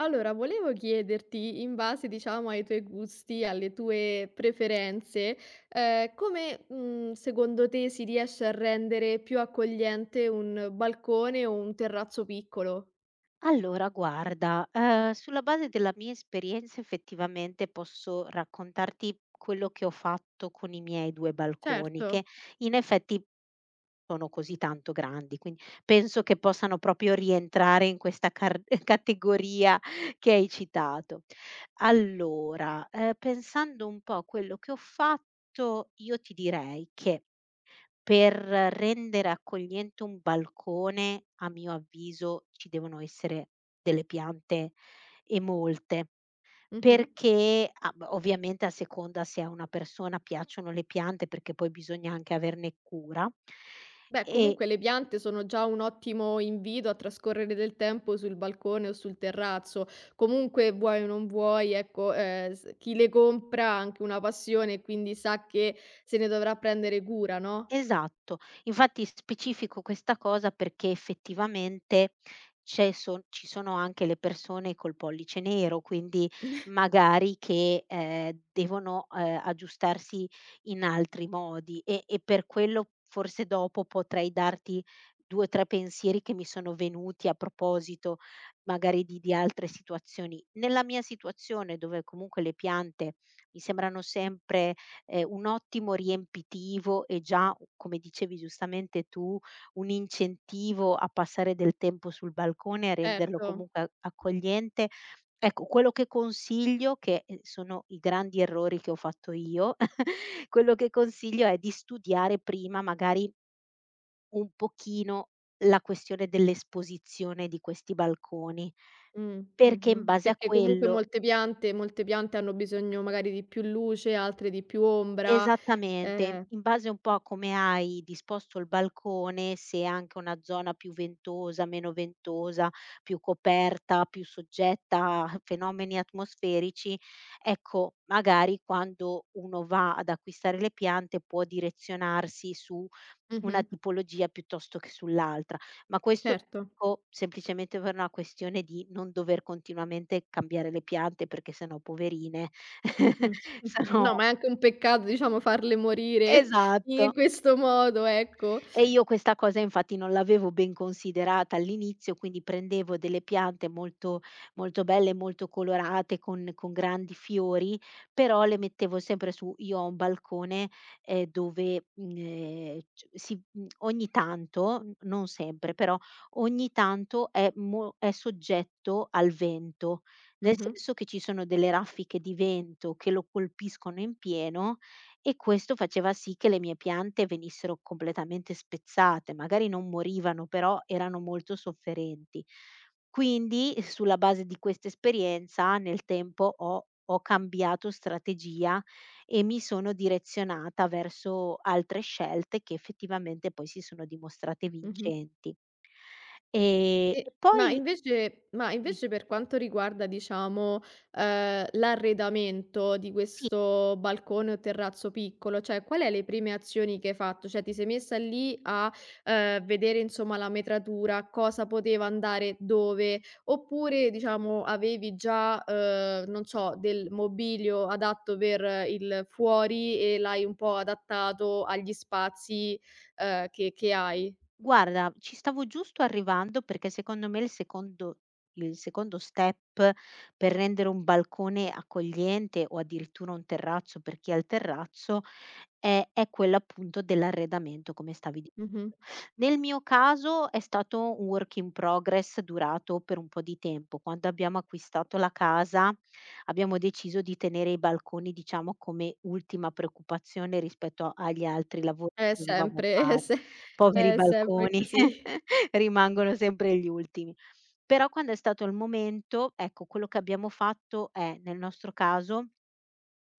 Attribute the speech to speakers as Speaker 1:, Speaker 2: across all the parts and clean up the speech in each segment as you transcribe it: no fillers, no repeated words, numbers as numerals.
Speaker 1: Allora, volevo chiederti, in base, diciamo, ai tuoi gusti, alle tue preferenze, secondo te si riesce a rendere più accogliente un balcone o un terrazzo piccolo?
Speaker 2: Allora guarda, sulla base della mia esperienza effettivamente posso raccontarti quello che ho fatto con i miei 2 balconi, che
Speaker 1: Certo.
Speaker 2: in effetti sono così tanto grandi, quindi penso che possano proprio rientrare in questa car categoria che hai citato. Allora, pensando un po' a quello che ho fatto, io ti direi che per rendere accogliente un balcone, a mio avviso, ci devono essere delle piante e molte,
Speaker 1: Mh-mh.
Speaker 2: perché a b ovviamente a seconda se a una persona piacciono le piante, perché poi bisogna anche averne cura,
Speaker 1: Beh,
Speaker 2: e
Speaker 1: comunque le piante sono già un ottimo invito a trascorrere del tempo sul balcone o sul terrazzo. Comunque, vuoi o non vuoi, ecco, s chi le compra ha anche una passione e quindi sa che se ne dovrà prendere cura, no?
Speaker 2: esatto. Infatti specifico questa cosa perché effettivamente c'è son ci sono anche le persone col pollice nero, quindi magari che, devono, aggiustarsi in altri modi e per quello forse dopo potrei darti 2, 3 pensieri che mi sono venuti a proposito magari di altre situazioni. Nella mia situazione dove comunque le piante mi sembrano sempre un ottimo riempitivo e già, come dicevi giustamente tu, un incentivo a passare del tempo sul balcone e a renderlo
Speaker 1: Certo.
Speaker 2: comunque a accogliente. Ecco, quello che consiglio che, sono i grandi errori che ho fatto io, quello che consiglio è di studiare prima magari un pochino la questione dell'esposizione di questi balconi, perché in
Speaker 1: Mh-mh.
Speaker 2: base a
Speaker 1: Perché comunque
Speaker 2: quello
Speaker 1: molte piante hanno bisogno magari di più luce, altre di più ombra,
Speaker 2: esattamente,
Speaker 1: ehm
Speaker 2: in base un po' a come hai disposto il balcone, se è anche una zona più ventosa, meno ventosa, più coperta, più soggetta a fenomeni atmosferici, ecco, magari quando uno va ad acquistare le piante può direzionarsi su
Speaker 1: mh-mh,
Speaker 2: una tipologia piuttosto che sull'altra. Ma questo lo
Speaker 1: certo.
Speaker 2: dico semplicemente per una questione di non dover continuamente cambiare le piante, perché sennò poverine
Speaker 1: Mh.
Speaker 2: sono
Speaker 1: No, ma è anche un peccato, diciamo, farle morire in
Speaker 2: esatto.
Speaker 1: questo modo, ecco.
Speaker 2: E io questa cosa infatti non l'avevo ben considerata all'inizio, quindi prendevo delle piante molto molto belle, molto colorate, con grandi fiori, però le mettevo sempre su io ho un balcone, dove, mhmm, c si mhmm, ogni tanto, n non sempre, però ogni tanto è mo è soggetto al vento, nel
Speaker 1: Mh-mh,
Speaker 2: senso che ci sono delle raffiche di vento che lo colpiscono in pieno e questo faceva sì che le mie piante venissero completamente spezzate, magari non morivano, però erano molto sofferenti. Quindi, sulla base di questa esperienza, nel tempo ho cambiato strategia e mi sono direzionata verso altre scelte che effettivamente poi si sono dimostrate
Speaker 1: mh-mh.
Speaker 2: vincenti.
Speaker 1: E
Speaker 2: E
Speaker 1: ma
Speaker 2: poi
Speaker 1: invece ma
Speaker 2: di
Speaker 1: invece per quanto riguarda, diciamo, l'arredamento di
Speaker 2: sì.
Speaker 1: questo balcone o terrazzo piccolo, cioè qual è le prime azioni che hai fatto? Cioè ti sei messa lì a, vedere insomma la metratura, cosa poteva andare dove, oppure diciamo avevi già, non so, del mobilio adatto per il fuori e l'hai un po' adattato agli spazi, che hai?
Speaker 2: Guarda, ci stavo giusto arrivando perché secondo me il secondo step per rendere un balcone accogliente o addirittura un terrazzo per chi ha il terrazzo è quello appunto dell'arredamento, come stavi dicendo.
Speaker 1: Mh-mh.
Speaker 2: Nel mio caso è stato un work in progress durato per un po' di tempo. Quando abbiamo acquistato la casa abbiamo deciso di tenere i balconi, diciamo, come ultima preoccupazione rispetto agli altri lavori che
Speaker 1: È
Speaker 2: dovevamo
Speaker 1: sempre è
Speaker 2: fare.
Speaker 1: se
Speaker 2: Poveri
Speaker 1: È sempre
Speaker 2: balconi,
Speaker 1: così.
Speaker 2: rimangono sempre gli ultimi. Però quando è stato il momento, ecco, quello che abbiamo fatto è, nel nostro caso,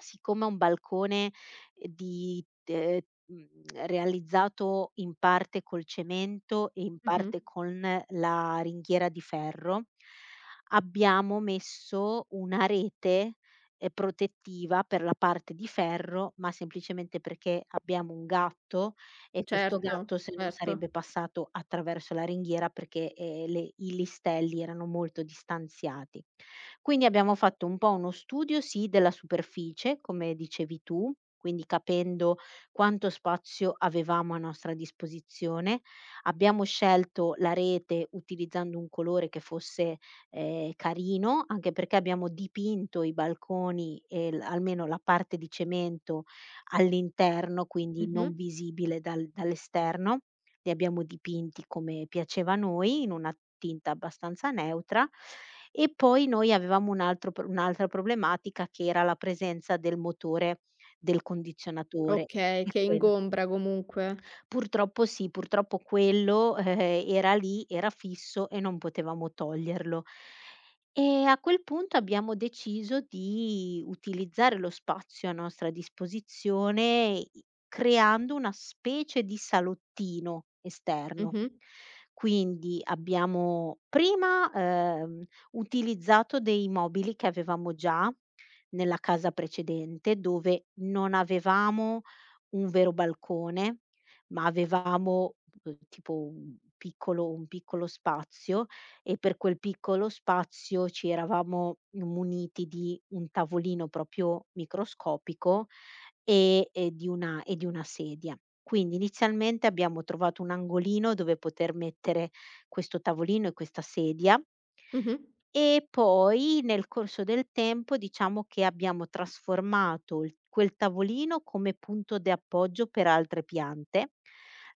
Speaker 2: siccome ho un balcone ehm, di ehm, mhmm, realizzato in parte col cemento e in
Speaker 1: Mh-mh.
Speaker 2: parte con la ringhiera di ferro, abbiamo messo una rete, protettiva per la parte di ferro, ma semplicemente perché abbiamo un gatto e questo
Speaker 1: Certo,
Speaker 2: gatto se no
Speaker 1: certo.
Speaker 2: sarebbe passato attraverso la ringhiera perché, le i listelli erano molto distanziati. Quindi abbiamo fatto un po' uno studio, sì, della superficie, come dicevi tu, quindi capendo quanto spazio avevamo a nostra disposizione. Abbiamo scelto la rete utilizzando un colore che fosse, carino, anche perché abbiamo dipinto i balconi e l almeno la parte di cemento all'interno, quindi
Speaker 1: Mh-mh.
Speaker 2: non visibile dall'esterno. Li abbiamo dipinti come piaceva a noi, in una tinta abbastanza neutra e poi noi avevamo un'altra problematica che era la presenza del motore del condizionatore
Speaker 1: Okay,
Speaker 2: e
Speaker 1: che
Speaker 2: quello
Speaker 1: ingombra comunque.
Speaker 2: purtroppo sì, purtroppo quello, era lì, era fisso e non potevamo toglierlo. E a quel punto abbiamo deciso di utilizzare lo spazio a nostra disposizione i creando una specie di salottino esterno.
Speaker 1: Mh-mh.
Speaker 2: Quindi abbiamo prima, utilizzato dei mobili che avevamo già nella casa precedente, dove non avevamo un vero balcone ma avevamo, tipo un piccolo spazio e per quel piccolo spazio ci eravamo muniti di un tavolino proprio microscopico e di una sedia. Quindi inizialmente abbiamo trovato un angolino dove poter mettere questo tavolino e questa sedia
Speaker 1: Mh-mh.
Speaker 2: e poi nel corso del tempo diciamo che abbiamo trasformato il quel tavolino come punto di appoggio per altre piante.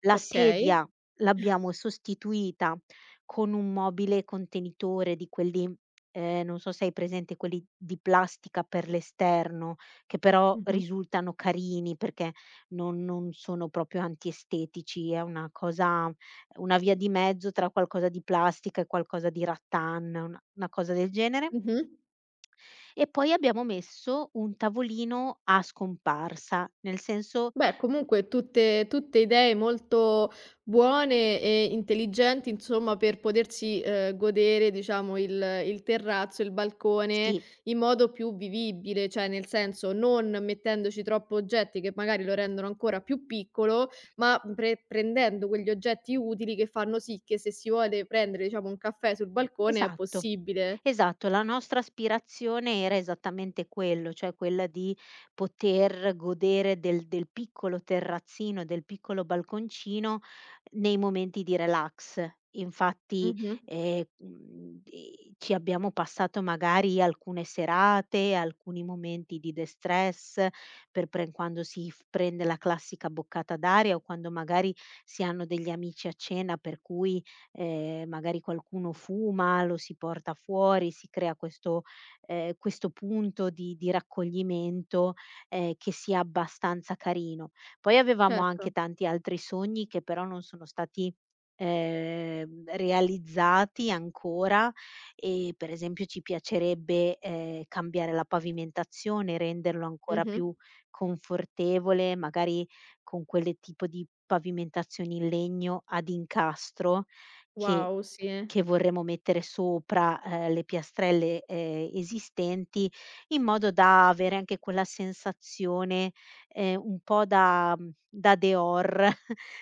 Speaker 2: La
Speaker 1: Okay.
Speaker 2: sedia l'abbiamo sostituita con un mobile contenitore di quelli non so se hai presente quelli di plastica per l'esterno, che però
Speaker 1: Mh-mh.
Speaker 2: risultano carini perché non sono proprio antiestetici, è una cosa, una via di mezzo tra qualcosa di plastica e qualcosa di rattan, una cosa del genere.
Speaker 1: Mh-mh.
Speaker 2: E poi abbiamo messo un tavolino a scomparsa, nel senso
Speaker 1: Beh, comunque tutte idee molto buone e intelligenti, insomma, per potersi, godere, diciamo, il terrazzo, il balcone
Speaker 2: sì.
Speaker 1: in modo più vivibile, cioè nel senso non mettendoci troppo oggetti che magari lo rendono ancora più piccolo, ma pre prendendo quegli oggetti utili che fanno sì che se si vuole prendere, diciamo, un caffè sul balcone è
Speaker 2: Esatto,
Speaker 1: possibile.
Speaker 2: esatto. La nostra aspirazione era esattamente quello, cioè quella di poter godere del piccolo terrazzino, del piccolo balconcino nei momenti di relax. Infatti,
Speaker 1: Mh-mh.
Speaker 2: ci abbiamo passato magari alcune serate, alcuni momenti di de-stress per pre quando si f prende la classica boccata d'aria o quando magari si hanno degli amici a cena per cui, magari qualcuno fuma, lo si porta fuori, si crea questo, questo punto di raccoglimento, che sia abbastanza carino. Poi avevamo anche
Speaker 1: Certo.
Speaker 2: tanti altri sogni che però non sono stati, realizzati ancora e per esempio ci piacerebbe, cambiare la pavimentazione, renderlo ancora
Speaker 1: Mh-mh.
Speaker 2: più confortevole, magari con quelle tipo di pavimentazioni in legno ad incastro, che
Speaker 1: Wow, sì.
Speaker 2: che vorremmo mettere sopra, le piastrelle, esistenti, in modo da avere anche quella sensazione, un po' da Dior,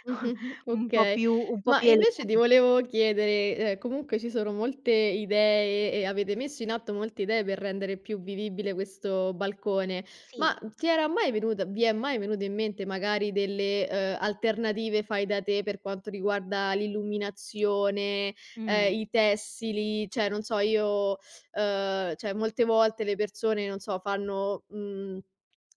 Speaker 1: Mh-mh,
Speaker 2: un po'
Speaker 1: okay.
Speaker 2: più
Speaker 1: Ma invece ti
Speaker 2: elegante.
Speaker 1: volevo chiedere, comunque ci sono molte idee e avete messo in atto molte idee per rendere più vivibile questo balcone,
Speaker 2: Sì,
Speaker 1: ma ti era mai venuta vi è mai venuto in mente magari delle, alternative fai da te per quanto riguarda l'illuminazione,
Speaker 2: mh.
Speaker 1: i tessili? Cioè non so io, cioè molte volte le persone, non so, fanno,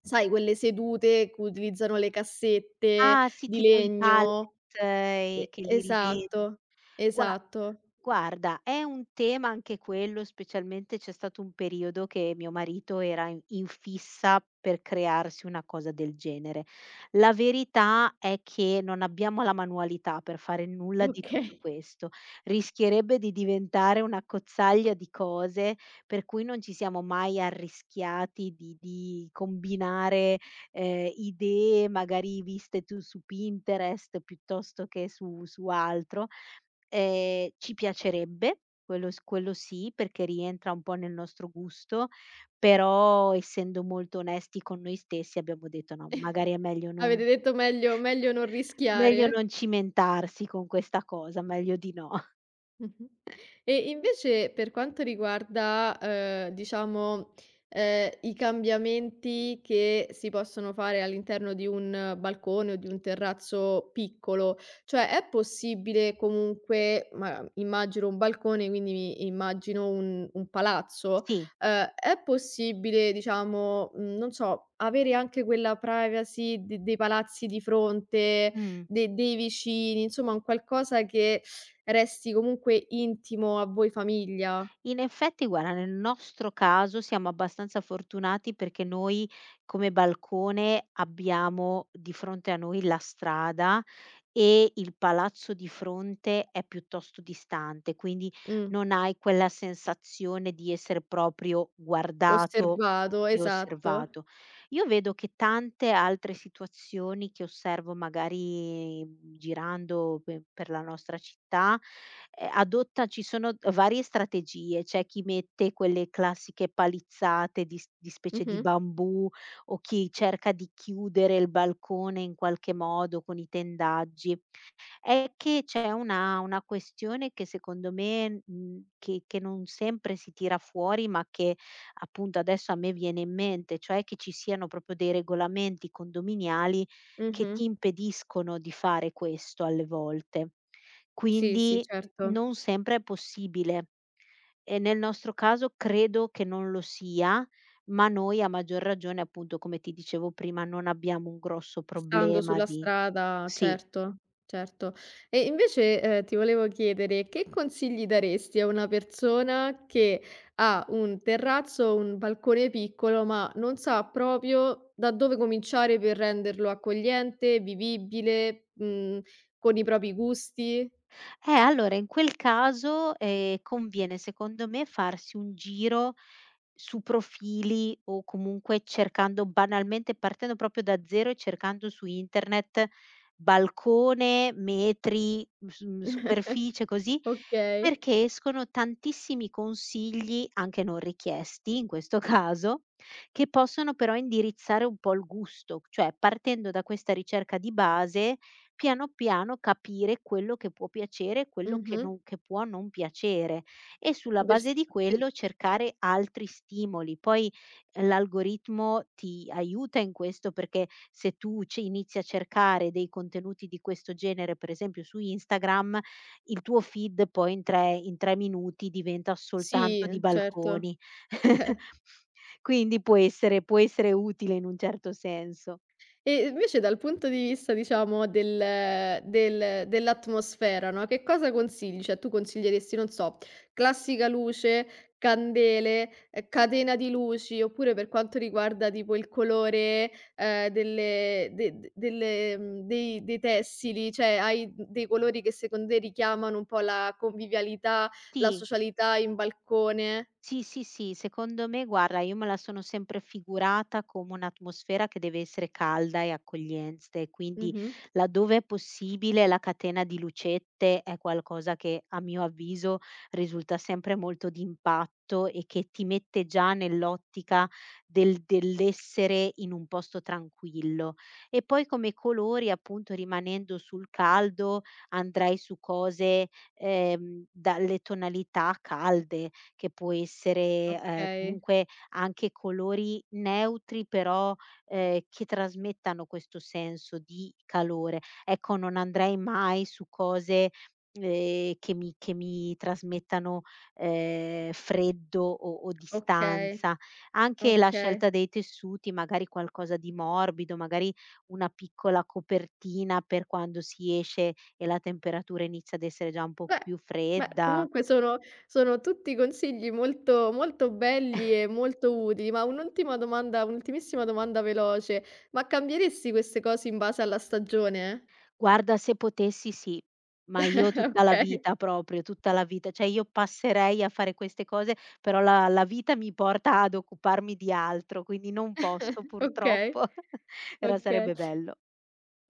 Speaker 1: sai quelle sedute che utilizzano le cassette,
Speaker 2: Ah, sì,
Speaker 1: di
Speaker 2: tipo i palette,
Speaker 1: legno, e
Speaker 2: che li rivedo.
Speaker 1: esatto,
Speaker 2: Gua
Speaker 1: esatto.
Speaker 2: Guarda, è un tema anche quello, specialmente c'è stato un periodo che mio marito era in fissa per crearsi una cosa del genere. La verità è che non abbiamo la manualità per fare nulla di tutto
Speaker 1: Okay.
Speaker 2: questo. Rischierebbe di diventare un'accozzaglia di cose, per cui non ci siamo mai arrischiati di combinare, idee magari viste tu su Pinterest piuttosto che su altro. Ci piacerebbe, quello sì, perché rientra un po' nel nostro gusto, però essendo molto onesti con noi stessi abbiamo detto: "No, magari è meglio non,
Speaker 1: Avete detto meglio non
Speaker 2: meglio non
Speaker 1: rischiare?
Speaker 2: cimentarsi con questa cosa, meglio di no."
Speaker 1: Mh-mh. E invece per quanto riguarda, diciamo, i cambiamenti che si possono fare all'interno di un balcone o di un terrazzo piccolo, cioè è possibile comunque ma immagino un balcone, quindi mi immagino un palazzo,
Speaker 2: Sì,
Speaker 1: è possibile diciamo, non so, avere anche quella privacy de dei palazzi di fronte,
Speaker 2: mh.
Speaker 1: de dei vicini, insomma un qualcosa che resti comunque intimo a voi famiglia.
Speaker 2: In effetti guarda, nel nostro caso siamo abbastanza fortunati perché noi come balcone abbiamo di fronte a noi la strada e il palazzo di fronte è piuttosto distante, quindi
Speaker 1: Mh,
Speaker 2: non hai quella sensazione di essere proprio guardato
Speaker 1: osservato,
Speaker 2: e
Speaker 1: esatto.
Speaker 2: osservato. Io vedo che tante altre situazioni che osservo magari girando pe per la nostra città, adotta ci sono varie strategie, c'è chi mette quelle classiche palizzate di specie di
Speaker 1: Mh-mh,
Speaker 2: bambù o chi cerca di chiudere il balcone in qualche modo con i tendaggi. È che c'è una questione che secondo me, che non sempre si tira fuori, ma che appunto adesso a me viene in mente, cioè che ci siano proprio dei regolamenti condominiali che
Speaker 1: mh-mh.
Speaker 2: ti impediscono di fare questo alle volte.
Speaker 1: Sì, sì,
Speaker 2: Quindi n
Speaker 1: certo.
Speaker 2: non sempre è possibile e nel nostro caso credo che non lo sia, ma noi a maggior ragione, appunto, come ti dicevo prima, non abbiamo un grosso
Speaker 1: Stando
Speaker 2: problema
Speaker 1: sulla
Speaker 2: di
Speaker 1: strada,
Speaker 2: sì.
Speaker 1: certo, certo. E invece, ti volevo chiedere che consigli daresti a una persona che ha un terrazzo o un balcone piccolo, ma non sa proprio da dove cominciare per renderlo accogliente, vivibile, con i propri gusti?
Speaker 2: Allora in quel caso, conviene secondo me farsi un giro su profili o comunque cercando banalmente partendo proprio da 0 e cercando su internet balcone, metri, superficie così,
Speaker 1: Okay.
Speaker 2: perché escono tantissimi consigli, anche non richiesti in questo caso, che possono però indirizzare un po' il gusto, cioè partendo da questa ricerca di base piano piano capire quello che può piacere e quello
Speaker 1: Mh-mh.
Speaker 2: che può non piacere e sulla
Speaker 1: Per s
Speaker 2: base di
Speaker 1: per
Speaker 2: quello cercare altri stimoli. Poi l'algoritmo ti aiuta in questo perché se tu ce inizi a cercare dei contenuti di questo genere, per esempio su Instagram, il tuo feed poi in 3 minuti diventa soltanto
Speaker 1: sì,
Speaker 2: di
Speaker 1: certo.
Speaker 2: balconi. Quindi può essere, utile in un certo senso.
Speaker 1: E invece dal punto di vista diciamo del dell'atmosfera, no, che cosa consigli? Cioè tu consiglieresti, non so, classica luce, candele, catena di luci, oppure per quanto riguarda tipo il colore, delle de de delle dei dei tessili, cioè hai dei colori che secondo te richiamano un po' la convivialità, la
Speaker 2: Sì.
Speaker 1: socialità in balcone?
Speaker 2: Sì, sì, sì, secondo me guarda, io me la sono sempre figurata come un'atmosfera che deve essere calda e accogliente, quindi
Speaker 1: Mh-mh.
Speaker 2: laddove è possibile la catena di lucette è qualcosa che a mio avviso risulta sempre molto d'impatto e che ti mette già nell'ottica dell'essere in un posto tranquillo. E poi come colori, appunto, rimanendo sul caldo, andrai su cose, dalle tonalità calde che può essere,
Speaker 1: Okay,
Speaker 2: comunque anche colori neutri però, che trasmettano questo senso di calore. Ecco, non andrei mai su cose, che mi trasmettano, freddo o
Speaker 1: okay,
Speaker 2: distanza. Anche la
Speaker 1: okay.
Speaker 2: scelta dei tessuti, magari qualcosa di morbido, magari una piccola copertina per quando si esce e la temperatura inizia ad essere già un po'
Speaker 1: Beh,
Speaker 2: più
Speaker 1: beh,
Speaker 2: fredda.
Speaker 1: comunque sono sono tutti consigli molto molto belli e molto utili, ma un'ultimissima domanda veloce: ma cambieresti queste cose in base alla stagione?
Speaker 2: Guarda, se potessi sì, ma io tutta la
Speaker 1: Okay,
Speaker 2: vita proprio, tutta la vita. Cioè io passerei a fare queste cose, però la vita mi porta ad occuparmi di altro, quindi non posso purtroppo,
Speaker 1: okay,
Speaker 2: però
Speaker 1: okay,
Speaker 2: sarebbe bello.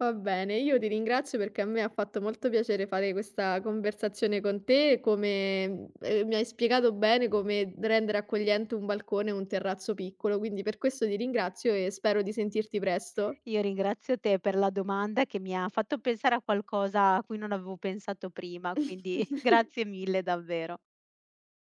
Speaker 1: va bene. Io ti ringrazio perché a me ha fatto molto piacere fare questa conversazione con te, come mi hai spiegato bene come d rendere accogliente un balcone o un terrazzo piccolo, quindi per questo ti ringrazio e spero di sentirti presto.
Speaker 2: Io ringrazio te per la domanda che mi ha fatto pensare a qualcosa a cui non avevo pensato prima, quindi grazie mille davvero.